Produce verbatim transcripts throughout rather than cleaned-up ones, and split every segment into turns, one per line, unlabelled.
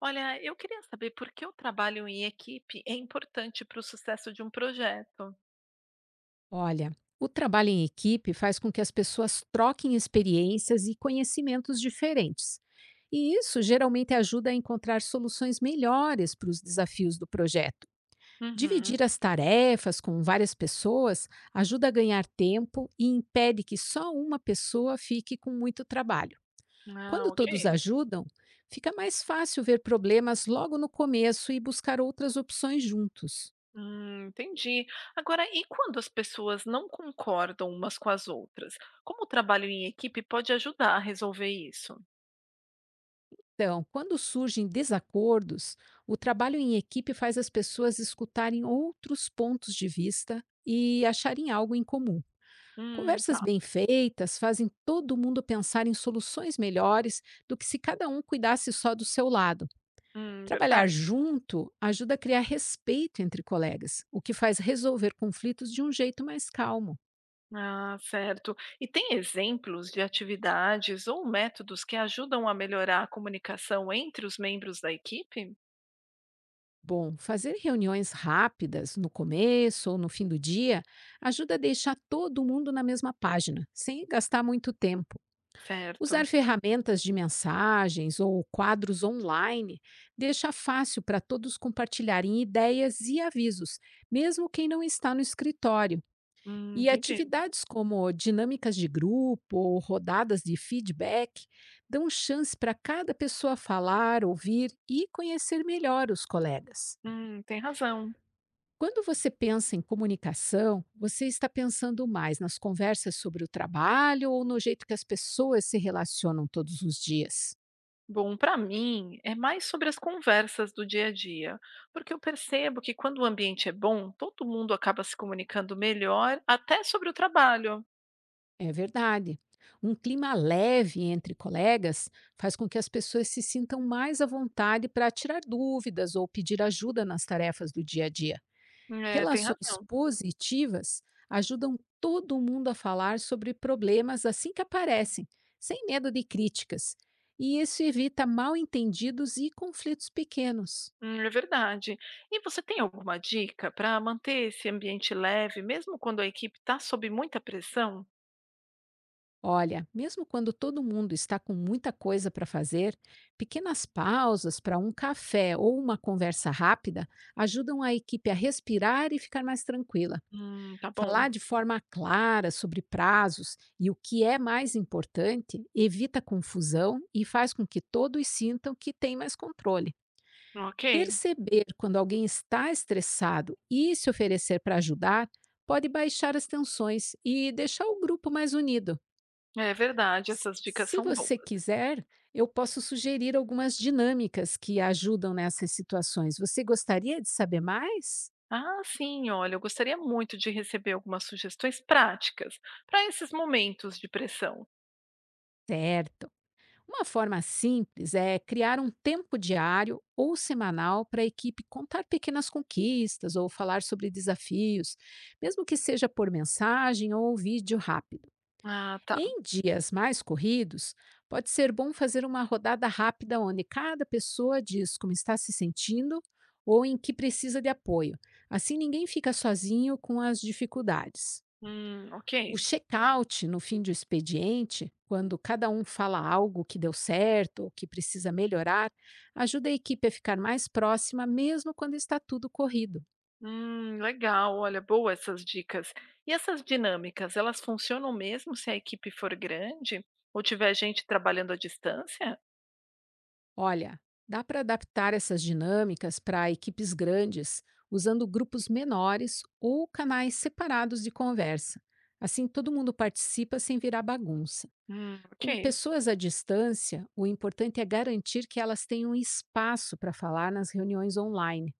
Olha, eu queria saber por que o trabalho em equipe é importante para o sucesso de um projeto.
Olha, o trabalho em equipe faz com que as pessoas troquem experiências e conhecimentos diferentes. E isso geralmente ajuda a encontrar soluções melhores para os desafios do projeto.
Uhum.
Dividir as tarefas com várias pessoas ajuda a ganhar tempo e impede que só uma pessoa fique com muito trabalho.
Ah,
Quando todos
ok.
ajudam, fica mais fácil ver problemas logo no começo e buscar outras opções juntos.
Hum, entendi. Agora, e quando as pessoas não concordam umas com as outras? Como o trabalho em equipe pode ajudar a resolver isso?
Então, quando surgem desacordos, o trabalho em equipe faz as pessoas escutarem outros pontos de vista e acharem algo em comum.
Hum,
Conversas
tá.
bem feitas fazem todo mundo pensar em soluções melhores do que se cada um cuidasse só do seu lado.
Hum,
Trabalhar
verdade.
junto ajuda a criar respeito entre colegas, o que faz resolver conflitos de um jeito mais calmo.
Ah, certo. E tem exemplos de atividades ou métodos que ajudam a melhorar a comunicação entre os membros da equipe?
Bom, fazer reuniões rápidas no começo ou no fim do dia ajuda a deixar todo mundo na mesma página, sem gastar muito tempo.
Certo.
Usar ferramentas de mensagens ou quadros online deixa fácil para todos compartilharem ideias e avisos, mesmo quem não está no escritório.
Hum,
E
entendi.
atividades como dinâmicas de grupo ou rodadas de feedback dão chance para cada pessoa falar, ouvir e conhecer melhor os colegas.
Hum, tem razão.
Quando você pensa em comunicação, você está pensando mais nas conversas sobre o trabalho ou no jeito que as pessoas se relacionam todos os dias?
Bom, para mim é mais sobre as conversas do dia a dia, porque eu percebo que quando o ambiente é bom, todo mundo acaba se comunicando melhor, até sobre o trabalho.
É verdade. Um clima leve entre colegas faz com que as pessoas se sintam mais à vontade para tirar dúvidas ou pedir ajuda nas tarefas do dia a dia.
É, tem
Relações
razão.
positivas ajudam todo mundo a falar sobre problemas assim que aparecem, sem medo de críticas. E isso evita mal entendidos e conflitos pequenos.
Hum, É verdade. E você tem alguma dica para manter esse ambiente leve, mesmo quando a equipe está sob muita pressão?
Olha, mesmo quando todo mundo está com muita coisa para fazer, pequenas pausas para um café ou uma conversa rápida ajudam a equipe a respirar e ficar mais tranquila.
Hum, tá bom.
Falar de forma clara sobre prazos e o que é mais importante evita confusão e faz com que todos sintam que têm mais controle.
Ok,
Perceber quando alguém está estressado e se oferecer para ajudar pode baixar as tensões e deixar o grupo mais unido.
é verdade,
S-
essas dicas
Se
são
você
boas.
quiser, eu posso sugerir algumas dinâmicas que ajudam nessas situações. Você gostaria de saber mais?
Ah, sim, olha, eu gostaria muito de receber algumas sugestões práticas para esses momentos de pressão.
Certo! Uma forma simples é criar um tempo diário ou semanal para a equipe contar pequenas conquistas ou falar sobre desafios, mesmo que seja por mensagem ou vídeo rápido.
Ah, tá.
Em dias mais corridos, pode ser bom fazer uma rodada rápida onde cada pessoa diz como está se sentindo ou em que precisa de apoio. Assim ninguém fica sozinho com as dificuldades.
Hum, ok.
O check-out no fim do expediente, quando cada um fala algo que deu certo ou que precisa melhorar, ajuda a equipe a ficar mais próxima, mesmo quando está tudo corrido.
Hum, legal, olha, boa essas dicas. E essas dinâmicas, elas funcionam mesmo se a equipe for grande ou tiver gente trabalhando à distância?
Olha, dá para adaptar essas dinâmicas para equipes grandes, usando grupos menores ou canais separados de conversa. Assim, todo mundo participa sem virar bagunça.
Hum,
Com
ok,
pessoas à distância, o importante é garantir que elas tenham espaço para falar nas reuniões online.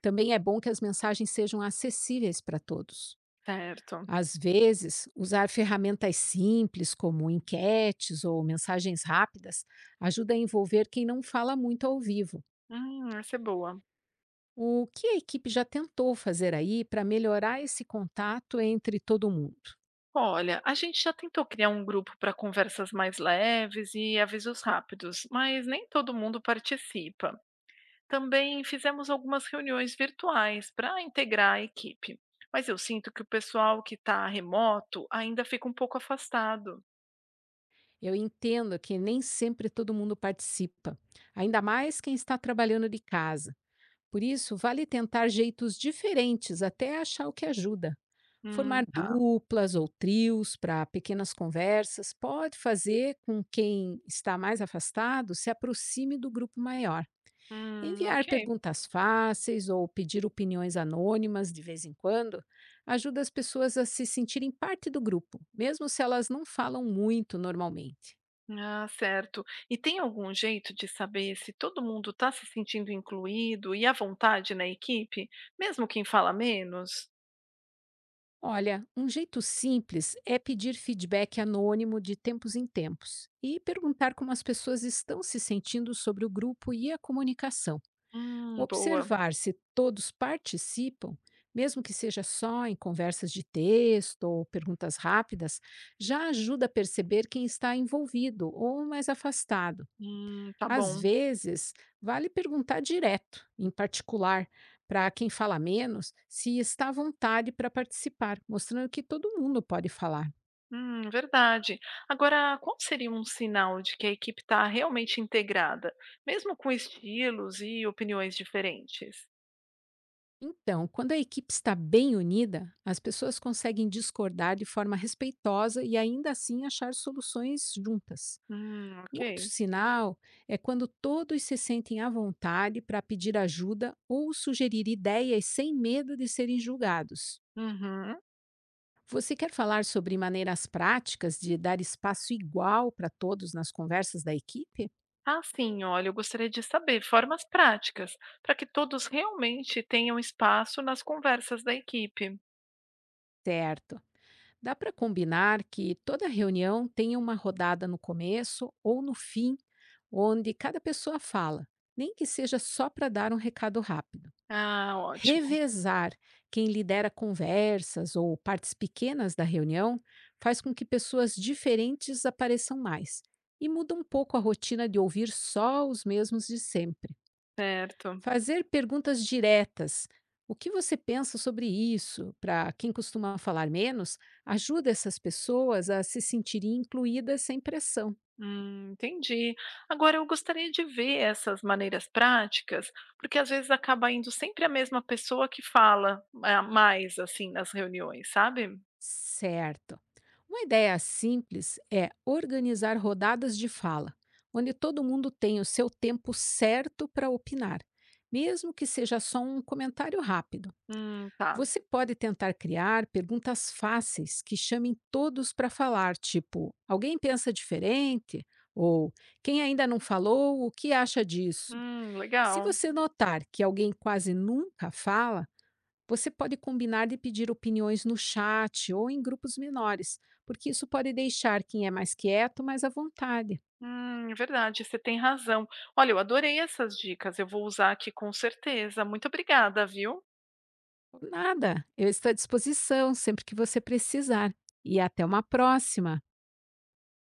Também é bom que as mensagens sejam acessíveis para todos.
certo.
Às vezes, usar ferramentas simples, como enquetes ou mensagens rápidas, ajuda a envolver quem não fala muito ao vivo.
Hum, essa é boa.
O que a equipe já tentou fazer aí para melhorar esse contato entre todo mundo?
Olha, a gente já tentou criar um grupo para conversas mais leves e avisos rápidos, mas nem todo mundo participa. Também fizemos algumas reuniões virtuais para integrar a equipe, mas eu sinto que o pessoal que está remoto ainda fica um pouco afastado.
Eu entendo que nem sempre todo mundo participa, ainda mais quem está trabalhando de casa. Por isso, vale tentar jeitos diferentes até achar o que ajuda.
Hum,
Formar
tá.
duplas ou trios para pequenas conversas pode fazer com quem está mais afastado se aproxime do grupo maior.
Hum,
Enviar
ok.
perguntas fáceis ou pedir opiniões anônimas de vez em quando ajuda as pessoas a se sentirem parte do grupo, mesmo se elas não falam muito normalmente.
Ah, certo. E tem algum jeito de saber se todo mundo está se sentindo incluído e à vontade na equipe, mesmo quem fala menos?
Olha, um jeito simples é pedir feedback anônimo de tempos em tempos e perguntar como as pessoas estão se sentindo sobre o grupo e a comunicação.
Hum, boa.
Observar se todos participam, mesmo que seja só em conversas de texto ou perguntas rápidas, já ajuda a perceber quem está envolvido ou mais afastado.
Hum, tá
Às
bom.
vezes, vale perguntar direto, em particular, para quem fala menos, se está à vontade para participar, mostrando que todo mundo pode falar.
Hum, verdade. Agora, qual seria um sinal de que a equipe está realmente integrada, mesmo com estilos e opiniões diferentes?
Então, quando a equipe está bem unida, as pessoas conseguem discordar de forma respeitosa e ainda assim achar soluções juntas.
Hum,
Um
ok.
outro sinal é quando todos se sentem à vontade para pedir ajuda ou sugerir ideias sem medo de serem julgados.
Uhum.
Você quer falar sobre maneiras práticas de dar espaço igual para todos nas conversas da equipe?
Ah, sim, olha, eu gostaria de saber formas práticas para que todos realmente tenham espaço nas conversas da equipe.
Certo. Dá para combinar que toda reunião tenha uma rodada no começo ou no fim, onde cada pessoa fala, nem que seja só para dar um recado rápido.
Ah, ótimo,
Revezar quem lidera conversas ou partes pequenas da reunião faz com que pessoas diferentes apareçam mais e muda um pouco a rotina de ouvir só os mesmos de sempre.
certo.
Fazer perguntas diretas. O que você pensa sobre isso? Para quem costuma falar menos, ajuda essas pessoas a se sentirem incluídas sem pressão.
Hum, entendi. Agora eu gostaria de ver essas maneiras práticas, porque às vezes acaba indo sempre a mesma pessoa que fala é, mais assim nas reuniões, sabe?
Certo. Uma ideia simples é organizar rodadas de fala, onde todo mundo tem o seu tempo certo para opinar, mesmo que seja só um comentário rápido.
Hum, tá.
Você pode tentar criar perguntas fáceis que chamem todos para falar, tipo: alguém pensa diferente? Ou quem ainda não falou, o que acha disso?
Hum,
Se
legal.
você notar que alguém quase nunca fala, você pode combinar de pedir opiniões no chat ou em grupos menores, porque isso pode deixar quem é mais quieto mais à vontade.
Hum, é verdade, você tem razão. Olha, eu adorei essas dicas, eu vou usar aqui com certeza. Muito obrigada, viu?
Por nada, eu estou à disposição sempre que você precisar. E até uma próxima!